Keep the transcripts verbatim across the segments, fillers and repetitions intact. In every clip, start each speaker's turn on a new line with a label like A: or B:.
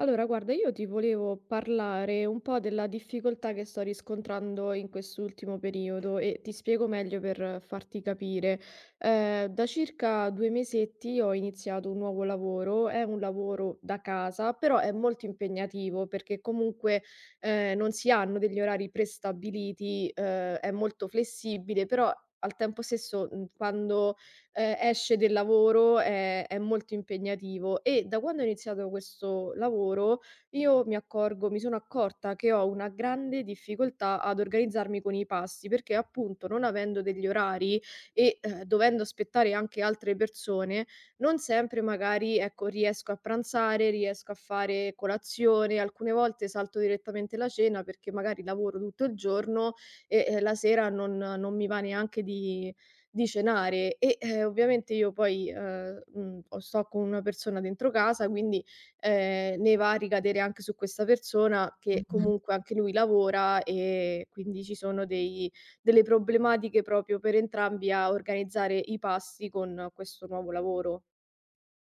A: Allora, guarda, io ti volevo parlare un po' della difficoltà che sto riscontrando in quest'ultimo periodo e ti spiego meglio per farti capire. Eh, da circa due mesetti ho iniziato un nuovo lavoro, è un lavoro da casa, però è molto impegnativo perché comunque eh, non si hanno degli orari prestabiliti, eh, è molto flessibile, però al tempo stesso, mh, quando ehm, esce del lavoro, è è molto impegnativo. E da quando ho iniziato questo lavoro, io mi accorgo mi sono accorta che ho una grande difficoltà ad organizzarmi con i pasti, perché appunto non avendo degli orari e, ehm, dovendo aspettare anche altre persone, non sempre magari, ecco, riesco a pranzare, riesco a fare colazione; alcune volte salto direttamente la cena perché magari lavoro tutto il giorno e, ehm, la sera non non mi va neanche di di cenare. E, ehm, ovviamente io poi, ehm, mhmm, o sto con una persona dentro casa, quindi, ehm, ne va a ricadere anche su questa persona che
B: Mh-mh.
A: comunque anche lui lavora, e quindi ci sono dei delle problematiche proprio per entrambi a organizzare i pasti con questo nuovo lavoro.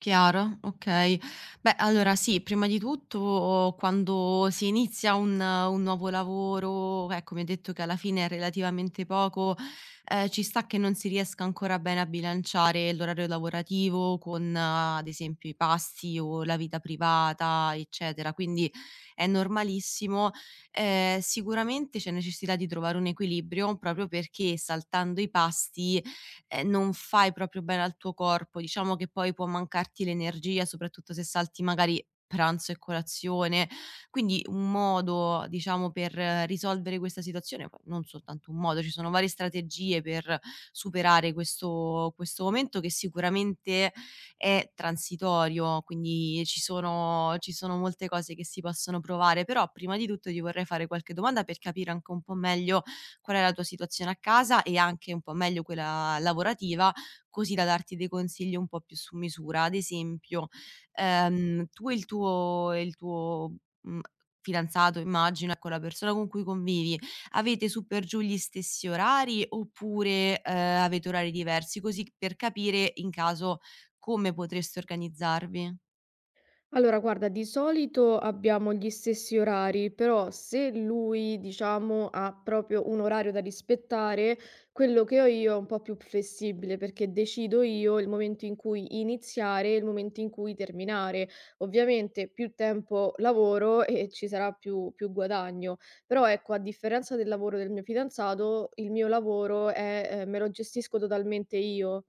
B: Chiaro, okay. Beh, allora sì, prima di tutto quando si inizia un un nuovo lavoro, ecco mi hai detto che alla fine è relativamente poco, ehm, ci sta che non si riesca ancora bene a bilanciare l'orario lavorativo con, ad esempio, i pasti o la vita privata, eccetera, quindi è normalissimo. Ehm, sicuramente c'è necessità di trovare un equilibrio proprio perché saltando i pasti ehm, non fai proprio bene al tuo corpo. Diciamo che poi può mancarti l'energia, soprattutto se salti magari pranzo e colazione. Quindi un modo, diciamo, per eh, risolvere questa situazione poi non soltanto un modo, ci sono varie strategie per superare questo questo momento che sicuramente è transitorio, quindi ci sono ci sono molte cose che si possono provare, però prima di tutto ti vorrei fare qualche domanda per capire anche un po' meglio qual è la tua situazione a casa e anche un po' meglio quella lavorativa, così da darti dei consigli un po' più su misura. Ad esempio, ehm, tu e il tuo e il tuo, mhmm, fidanzato immagino, ecco, la persona con cui convivi, avete su per giù gli stessi orari oppure, ehm, avete orari diversi? Così per capire in caso come potreste organizzarvi.
A: Allora, guarda, di solito abbiamo gli stessi orari, però se lui, diciamo, ha proprio un orario da rispettare, quello che ho io è un po' più flessibile perché decido io il momento in cui iniziare e il momento in cui terminare. Ovviamente più tempo lavoro e ci sarà più, più guadagno, però ecco, a differenza del lavoro del mio fidanzato, il mio lavoro è, eh, me lo gestisco totalmente io.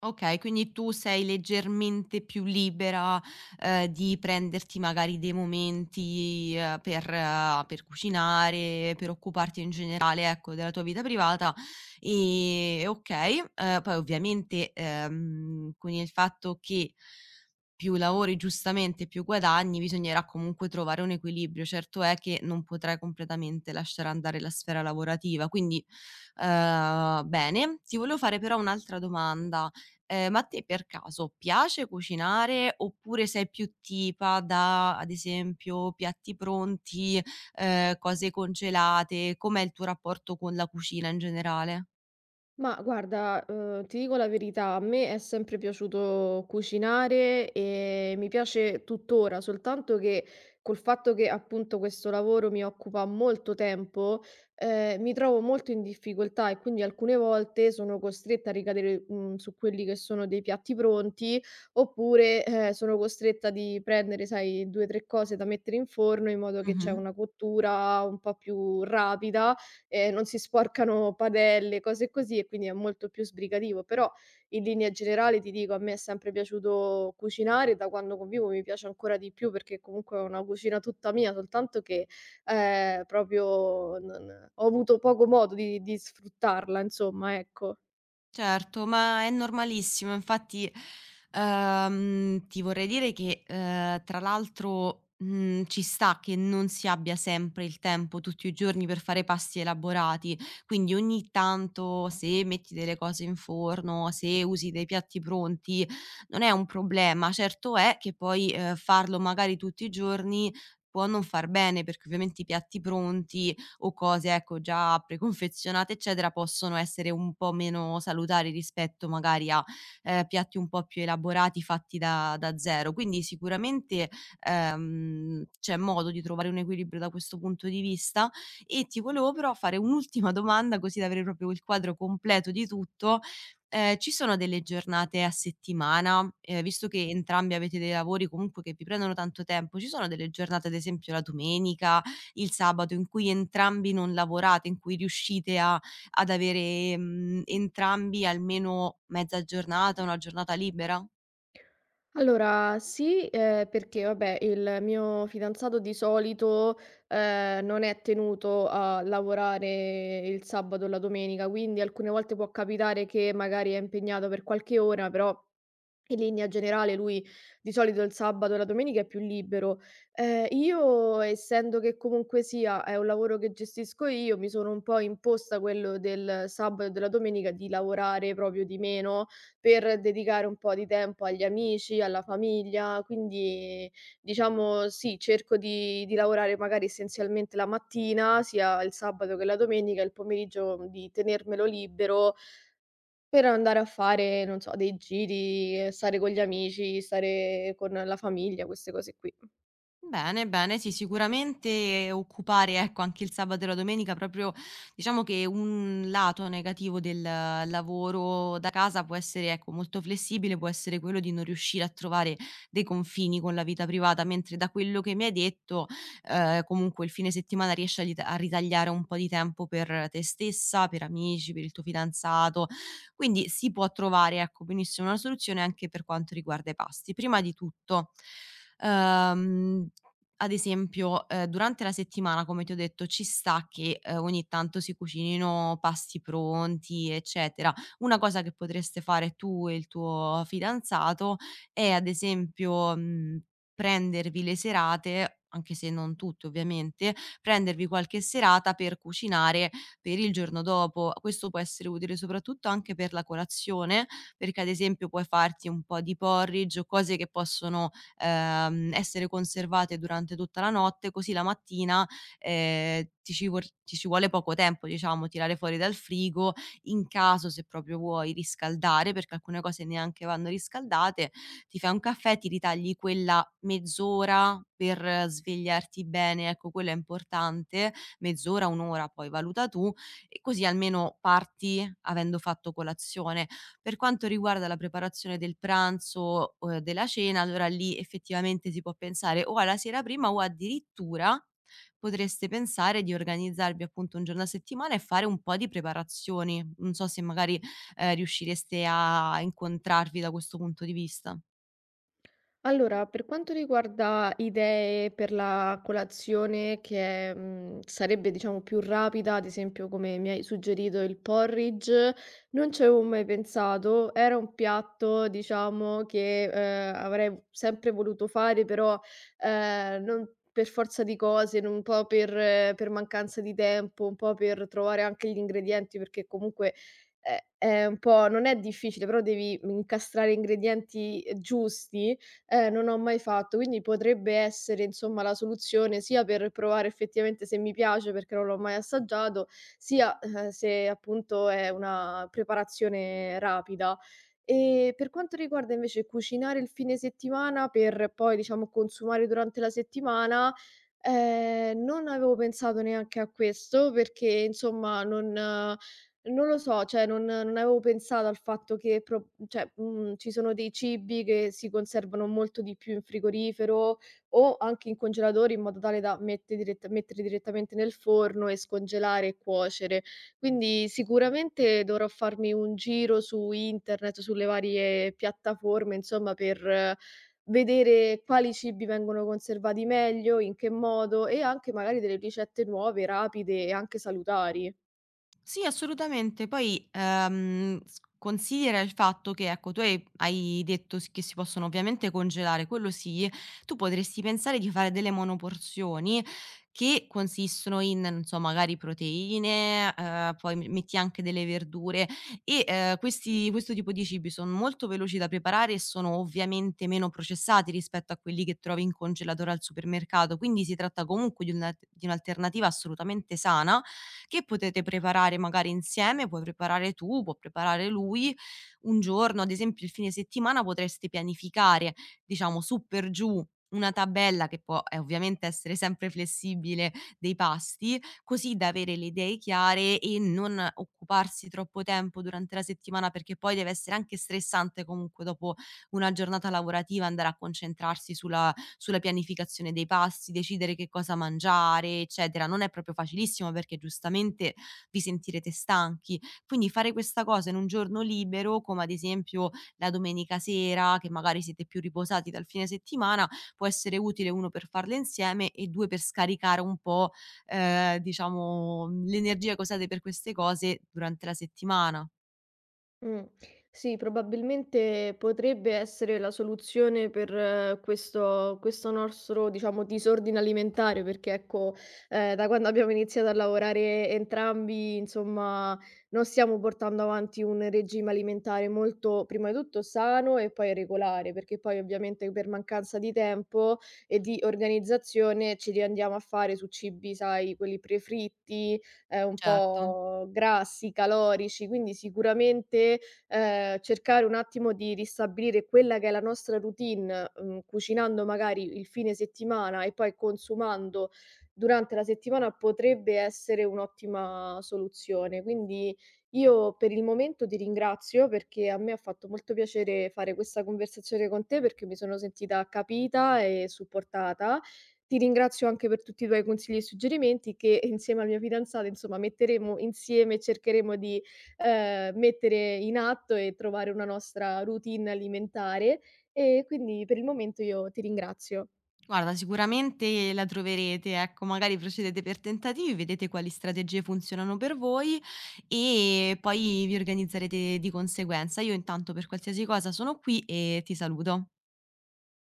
B: Okay, quindi tu sei leggermente più libera, ehm, di prenderti magari dei momenti, ehm, per eh, per cucinare, per occuparti in generale, ecco, della tua vita privata. Ehm, okay, ehm, poi ovviamente, ehm, con il fatto che più lavori giustamente più guadagni, bisognerà comunque trovare un equilibrio. Certo è che non potrai completamente lasciare andare la sfera lavorativa, quindi, ehm, bene. Ti volevo fare però un'altra domanda. Ehm, ma a te per caso piace cucinare oppure sei più tipa da, ad esempio, piatti pronti, ehm, cose congelate? Com'è il tuo rapporto con la cucina in generale?
A: Ma guarda, uhm, ti dico la verità, a me è sempre piaciuto cucinare e mi piace tuttora, soltanto che col fatto che appunto questo lavoro mi occupa molto tempo, ehm, mi trovo molto in difficoltà, e quindi alcune volte sono costretta a ricadere, mhmm, su quelli che sono dei piatti pronti, oppure, eh, sono costretta di prendere, sai, due, tre cose da mettere in forno in modo che c'è una cottura un po' più rapida, ehm, non si sporcano padelle, cose così, e quindi è molto più sbrigativo. Però in linea generale ti dico, a me è sempre piaciuto cucinare; da quando convivo mi piace ancora di più perché comunque è una cucina tutta mia, soltanto che, ehm, proprio non ho avuto poco modo di di sfruttarla, insomma, ecco.
B: Certo, ma è normalissimo. Infatti, ehm, ti vorrei dire che, ehm, tra l'altro, mhmm, ci sta che non si abbia sempre il tempo tutti i giorni per fare pasti elaborati, quindi ogni tanto se metti delle cose in forno, se usi dei piatti pronti, non è un problema. Certo è che poi, ehm, farlo magari tutti i giorni può non far bene, perché ovviamente i piatti pronti o cose ecco già preconfezionate eccetera, possono essere un po' meno salutari rispetto magari a, ehm, piatti un po' più elaborati fatti da da zero. Quindi sicuramente, ehm, c'è modo di trovare un equilibrio da questo punto di vista e ti volevo però fare un'ultima domanda così da avere proprio il quadro completo di tutto. Ehm, ci sono delle giornate a settimana, ehm, visto che entrambi avete dei lavori comunque che vi prendono tanto tempo, ci sono delle giornate ad esempio la domenica il sabato in cui entrambi non lavorate, in cui riuscite a ad avere, mhmm, entrambi almeno mezza giornata, una giornata libera?
A: Allora sì, ehm, perché vabbè, il mio fidanzato di solito, ehm, non è tenuto a lavorare il sabato o la domenica, quindi alcune volte può capitare che magari è impegnato per qualche ora, però in linea generale lui di solito il sabato e la domenica è più libero. Ehm, io, essendo che comunque sia è un lavoro che gestisco io, mi sono un po' imposta quello del sabato e della domenica di lavorare proprio di meno, per dedicare un po' di tempo agli amici, alla famiglia, quindi diciamo sì, cerco di di lavorare magari essenzialmente la mattina, sia il sabato che la domenica, il pomeriggio di tenermelo libero per andare a fare, non so, dei giri, stare con gli amici, stare con la famiglia, queste cose qui.
B: Bene, bene, sì, sicuramente occupare, ecco, anche il sabato e la domenica proprio diciamo che un lato negativo del lavoro da casa può essere, ecco, molto flessibile, può essere quello di non riuscire a trovare dei confini con la vita privata, mentre da quello che mi hai detto, ehm, comunque il fine settimana riesci a lit a ritagliare un po' di tempo per te stessa, per amici, per il tuo fidanzato, quindi si può trovare, ecco, benissimo una soluzione anche per quanto riguarda i pasti. Prima di tutto, ehm, ad esempio, ehm, durante la settimana, come ti ho detto, ci sta che, ehm, ogni tanto si cucinino pasti pronti, eccetera. Una cosa che potreste fare tu e il tuo fidanzato è, ad esempio, mhmm, prendervi le serate, anche se non tutte ovviamente, prendervi qualche serata per cucinare per il giorno dopo. Questo può essere utile soprattutto anche per la colazione, perché ad esempio puoi farti un po' di porridge o cose che possono, ehm, essere conservate durante tutta la notte, così la mattina, ehm, ti ci vor ti ci vuole poco tempo, diciamo, tirare fuori dal frigo, in caso se proprio vuoi riscaldare, perché alcune cose neanche vanno riscaldate, ti fai un caffè, ti ritagli quella mezz'ora per svegliarti bene, ecco quello è importante, mezz'ora, un'ora, poi valuta tu, e così almeno parti avendo fatto colazione. Per quanto riguarda la preparazione del pranzo o della cena, allora lì effettivamente si può pensare o alla sera prima o addirittura potreste pensare di organizzarvi appunto un giorno a settimana e fare un po' di preparazioni. Non so se magari, ehm, riuscireste a incontrarvi da questo punto di vista.
A: Allora, per quanto riguarda idee per la colazione che, mhmm, sarebbe diciamo più rapida, ad esempio come mi hai suggerito il porridge, non ci avevo mai pensato. Era un piatto diciamo che, ehm, avrei sempre voluto fare, però, ehm, non per forza di cose, non un po' per eh, per mancanza di tempo, un po' per trovare anche gli ingredienti, perché comunque è è un po', non è difficile, però devi incastrare ingredienti, ehm, giusti, eh, non ho mai fatto. Quindi potrebbe essere, insomma, la soluzione sia per provare effettivamente se mi piace, perché non l'ho mai assaggiato, sia, eh, se appunto è una preparazione rapida. E per quanto riguarda invece cucinare il fine settimana per poi, diciamo, consumare durante la settimana, ehm, non avevo pensato neanche a questo perché, insomma, non non lo so, cioè non non avevo pensato al fatto che pro cioè, mhmm, ci sono dei cibi che si conservano molto di più in frigorifero o anche in congelatore, in modo tale da mette dirett mettere direttamente nel forno e scongelare e cuocere. Quindi sicuramente dovrò farmi un giro su internet, sulle varie piattaforme, insomma, per vedere quali cibi vengono conservati meglio, in che modo, e anche magari delle ricette nuove, rapide e anche salutari.
B: Sì, assolutamente. Poi, ehm, s considera il fatto che, ecco, tu hai hai detto s che si possono ovviamente congelare, quello sì. Tu potresti pensare di fare delle monoporzioni che consistono in, non so, magari proteine, ehm, poi m metti anche delle verdure e, ehm, questi questo tipo di cibi son molto veloci da preparare e sono ovviamente meno processati rispetto a quelli che trovi in congelatore al supermercato, quindi si tratta comunque di un'alt di un'alternativa assolutamente sana che potete preparare magari insieme, puoi preparare tu, può preparare lui. Un giorno, ad esempio il fine settimana, potreste pianificare, diciamo su per giù, una tabella che può, eh, ovviamente essere sempre flessibile, dei pasti, così da avere le idee chiare e non occuparsi troppo tempo durante la settimana, perché poi deve essere anche stressante comunque dopo una giornata lavorativa andare a concentrarsi sulla sulla pianificazione dei pasti, decidere che cosa mangiare, eccetera. Non è proprio facilissimo perché giustamente vi sentirete stanchi. Quindi fare questa cosa in un giorno libero, come ad esempio la domenica sera, che magari siete più riposati dal fine settimana, può essere utile uno per farle insieme e due per scaricare un po', ehm, diciamo l'energia che usate per queste cose durante la settimana.
A: Mh. Sì, probabilmente potrebbe essere la soluzione per eh, questo questo nostro, diciamo, disordine alimentare, perché ecco, ehm, da quando abbiamo iniziato a lavorare entrambi, insomma, non stiamo portando avanti un regime alimentare molto, prima di tutto, sano e poi regolare, perché poi ovviamente per mancanza di tempo e di organizzazione ci riandiamo a fare su cibi, sai, quelli prefritti, ehm, un
B: Certo.
A: po' grassi, calorici, quindi sicuramente, ehm, cercare un attimo di ristabilire quella che è la nostra routine, mhmm, cucinando magari il fine settimana e poi consumando durante la settimana, potrebbe essere un'ottima soluzione. Quindi io per il momento ti ringrazio, perché a me ha fatto molto piacere fare questa conversazione con te, perché mi sono sentita capita e supportata. Ti ringrazio anche per tutti i tuoi consigli e suggerimenti che insieme al mio fidanzato, insomma, metteremo insieme e cercheremo di, ehm, mettere in atto e trovare una nostra routine alimentare. E quindi per il momento io ti ringrazio.
B: Guarda, sicuramente la troverete, ecco, magari procedete per tentativi, vedete quali strategie funzionano per voi e poi vi organizzerete di conseguenza. Io intanto per qualsiasi cosa sono qui e ti saluto.